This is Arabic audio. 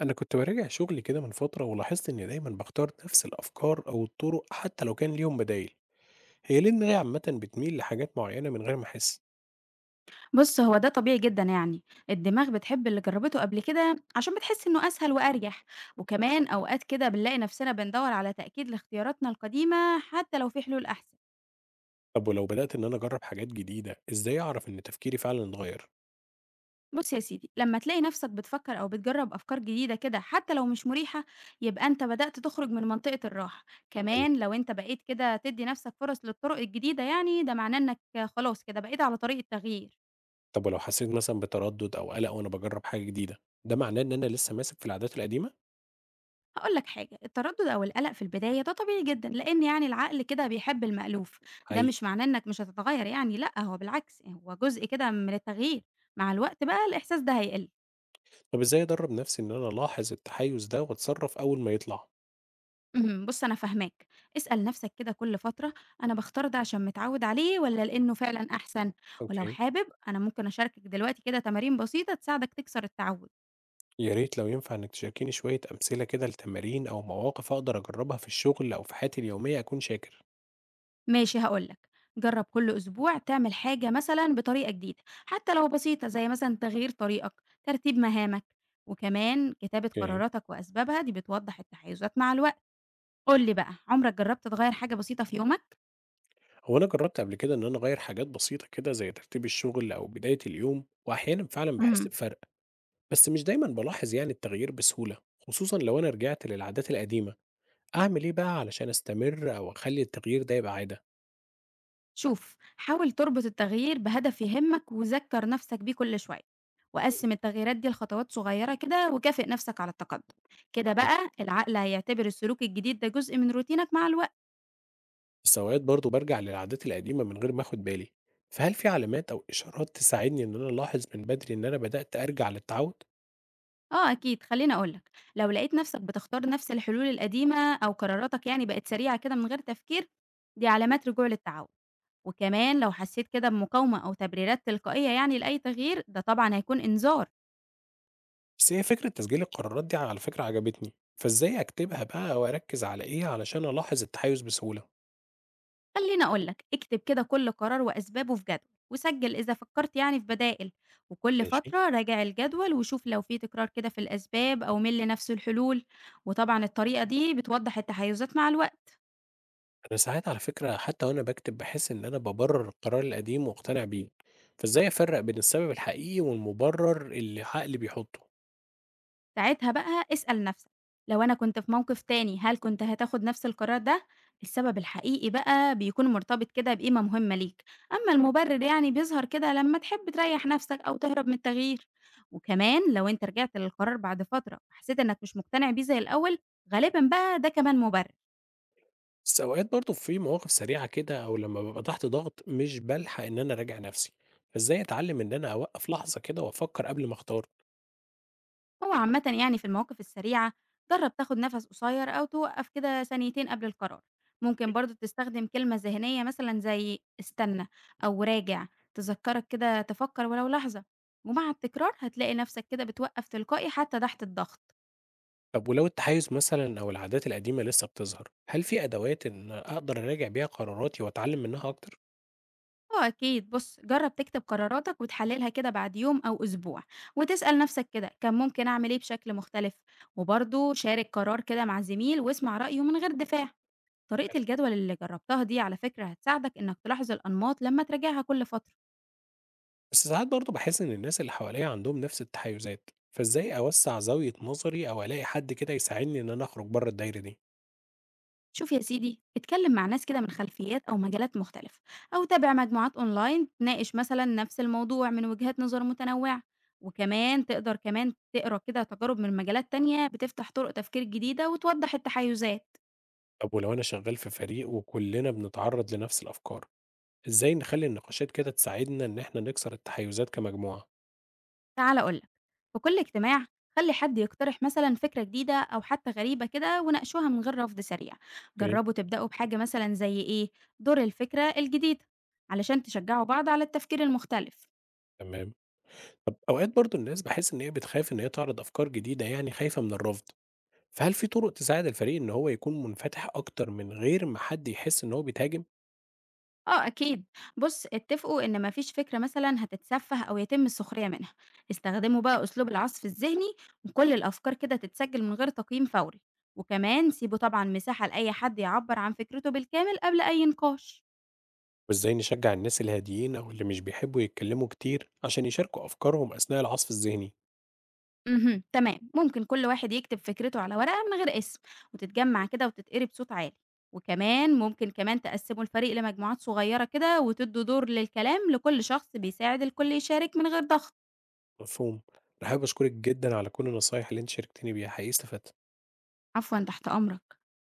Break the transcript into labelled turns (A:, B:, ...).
A: أنا كنت براجع شغلي كده من فترة ولاحظت إني دايما بختار نفس الأفكار أو الطرق حتى لو كان ليهم بدايل، هي ليه دماغي عامة بتميل لحاجات معينة من غير ما أحس؟
B: بُص، هو ده طبيعي جدًا يعني، الدماغ بتحب اللي جرّبته قبل كده عشان بتحس إنه أسهل وأريح، وكمان أوقات كده بنلاقي نفسنا بندوّر على تأكيد لاختياراتنا القديمة حتى لو في حلول أحسن.
A: طب ولو بدأت إن أنا أجرب حاجات جديدة، إزاي أعرف إن تفكيري فعلا اتغير؟
B: بُص يا سيدي، لمّا تلاقي نفسك بتفكّر أو بتجرّب أفكار جديدة كده حتى لو مش مريحة، يبقى أنت بدأت تخرج من منطقة الراحة،
A: حلو.
B: كمان لو أنت بقيت كده تدّي نفسك فرص للطرق الجديدة يعني، ده معناه إنك خلاص كده بقيت على طريق التغيير.
A: طب ولو حسيت مثلا بتردد أو قلق وأنا بجرب حاجة جديدة، ده معناه إن أنا لسه ماسك في العادات القديمة؟
B: هاقول لك حاجة، التردد أو القلق في البداية ده طبيعي جدًا، لإن يعني العقل كده بيحب المألوف، ده
A: حقيقي.
B: مش معناه إنك مش هتتغيّر يعني، لأ هو بالعكس، هو جزء كده من التغيير، مع الوقت بقى الإحساس ده هيقل.
A: طب إزاي أدرب نفسي إن أنا ألاحظ التحيز ده وأتصرف أول ما يطلع؟
B: بُص أنا فاهماك، اسأل نفسك كده كل فترة أنا باختار ده عشان متعوّد عليه والّا لإنه فعلًا أحسن؟ ولو
A: أوكي.
B: حابب أنا ممكن أشاركك دلوقتي كده تمارين بسيطة تساعدك تكسر التعوّد.
A: يا ريت لو ينفع انك تشاركيني شوية أمثلة كده لتمارين أو مواقف أقدر أجربها في الشغل أو في حياتي اليومية أكون شاكر.
B: ماشي هاقول لك، جرّب كل أسبوع تعمل حاجة مثلًا بطريقة جديدة، حتى لو بسيطة زي مثلًا تغيير طريقك، ترتيب مهامك، وكمان كتابة
A: اوكي.
B: قراراتك وأسبابها دي بتوضح التحيزات مع الوقت. قُل لي بقى، عمرك جرّبت تغيّر حاجة بسيطة في يومك؟
A: هو انا جربت قبل كده ان انا اغير حاجات بسيطه كده زي ترتيب الشغل او بدايه اليوم، واحيانا فعلا بحس
B: اهم.
A: بفرق، بس مش دايما بلاحظ يعني التغيير بسهوله، خصوصا لو انا رجعت للعادات القديمه. اعمل ايه بقى علشان استمر او اخلي التغيير ده يبقى عاده؟
B: شوف، حاول تربط التغيير بهدف يهمك وذكّر نفسك بيه كل شوية، وقسّم التغييرات دي لخطوات صغيرة كده وكافئ نفسك على التقدم، كده
A: طب
B: بقى العقل هيعتبر السلوك الجديد ده جزء من روتينك مع الوقت.
A: بس اوقات برضه برجع للعادات القديمه من غير ما اخد بالي، فهل في علامات او اشارات تساعدني ان انا الاحظ من بدري ان انا بدات ارجع للتعود؟
B: آه أكيد، خلّيني أقول لك، لو لقيت نَفْسك بتختار نَفْس الحلول القديمة أو قراراتك يعني بقت سريعة كده من غير تفكير، دي علامات رجوع للتعوّد، وكمان لو حسّيت كده بمقاومة أو تبريرات تلقائية يعني لأي تغيير، ده طبعًا هيكون إنذار.
A: بس هي فكره تسجيل القرارات دي على فكره عجبتني، فازاي اكتبها بقى واركز على ايه علشان الاحظ التحيز بسهوله؟
B: خلّيني أقول لك، اكتب كده كل قرار وأسبابه في جدول، وسجّل إذا فكّرت يعني في بدائل، وكل
A: ماشي.
B: فترة راجع الجدول وشوف لو في تكرار كده في الأسباب أو ميل لنَفْس الحلول، وطبعًا الطريقة دي بتوضّح التحيُّزات مع الوقت.
A: أنا ساعات على فكرة حتى وأنا باكتب باحس إن أنا بابرر القرار القديم وأقتنع بيه، فإزاي أفرق بين السبب الحقيقي والمبرر اللي عقلي بيحطه؟
B: ساعتها بقى اسأل نفسك لو أنا كنت في موقف تاني هل كنت هتاخد نفس القرار ده؟ السبب الحقيقي بقى بيكون مرتبط كده بقيمة مهمة ليك، أما المبرر يعني بيظهر كده لما تحب تريح نفسك أو تهرب من التغيير، وكمان لو أنت رجعت للقرار بعد فترة وحسيت إنك مش مقتنع بيه زي الأول غالبا بقى ده كمان مبرر.
A: بس أوقات برضه في مواقف سريعة كده أو لما بابقى تحت ضغط مش بالحق إن أنا أراجع نفسي، فإزاي أتعلم إن أنا أوقف لحظة كده وأفكر قبل ما أختار؟
B: هو عامة يعني في المواقف السريعة جرب تاخد نفس قصير أو توقف كده ثانيتين قبل القرار، ممكن برضو تستخدم كلمة ذهنية مثلا زي استنى أو راجع تذكرك كده تفكر ولو لحظة، ومع التكرار هتلاقي نفسك كده بتوقف تلقائي حتى تحت الضغط.
A: طب ولو التحيز مثلا أو العادات القديمة لسه بتظهر، هل في أدوات إن أقدر أراجع بيها قراراتي وأتعلم منها أكتر؟
B: اه اكيد، بص جرب تكتب قراراتك وتحللها كده بعد يوم او اسبوع، وتسأل نفسك كده كان ممكن اعمل ايه بشكل مختلف، وبرضه شارك قرار كده مع زميل واسمع رأيه من غير دفاع. طريقة الجدول اللي جربتها دي على فكرة هتساعدك إنك تلاحظ الأنماط لما تراجعها كل فترة.
A: بس ساعات برضه باحس إن الناس اللي حواليّا عندهم نفس التحيُّزات، فإزاي أوسّع زاوية نظري أو ألاقي حد كده يساعدني إن أنا أخرج برّه الدايرة دي؟
B: شوف يا سيدي، اتكلم مع ناس كده من خلفيات أو مجالات مختلفة، أو تابع مجموعات أونلاين تناقش مثلا نفس الموضوع من وجهات نظر متنوعة، وكمان تقدر تقرأ كده تجارب من مجالات تانية بتفتح طرق تفكير جديدة وتوضح التحيزات.
A: طب ولو أنا شغّال في فريق وكلّنا بنتعرّض لنفس الأفكار، إزاي نخلّي النقاشات كده تساعدنا إن إحنا نكسر التحيُّزات كمجموعة؟
B: تعال أقولك، في كل اجتماع خلي حد يقترح مثلا فكرة جديدة أو حتى غريبة كده وناقشوها من غير رفض سريع،
A: أوكي،
B: جربوا تبدأوا بحاجة مثلا زي إيه، دور الفكرة الجديدة، علشان تشجعوا بعض على التفكير المختلف.
A: تمام. طب أوقات برضه الناس باحس إن هي بتخاف إن هي تعرض أفكار جديدة يعني خايفة من الرفض، فهل في طُرق تساعد الفريق إن هو يكون منفتح أكتر من غير ما حد يحس إن هو بيتهاجم؟
B: اه اكيد، بص اتفقوا ان مفيش فكره مثلا هتتسفه او يتم السخريه منها، استخدموا بقى اسلوب العصف الذهني وكل الافكار كده تتسجل من غير تقييم فوري، وكمان سيبوا طبعا مساحه لاي حد يعبر عن فكرته بالكامل قبل اي نقاش.
A: وإزاي نشجع الناس الهاديين أو اللي مش بيحبوا يتكلموا كتير عشان يشاركوا أفكارهم أثناء العصف الذهني؟
B: تمام، ممكن كل واحد يكتب فكرته على ورقة من غير اسم، وتتجمّع كده وتتقري بصوت عالي، وكمان ممكن تقسّموا الفريق لمجموعات صغيرة كده وتدّوا دور للكلام لكل شخص بيساعد الكل يشارك من غير ضغط.
A: مفهوم. أنا حابب أشكرك جدا على كل النصايح اللي أنت شاركتني بيها، حقيقي استفدت.
B: عفوًا، تحت أمرك.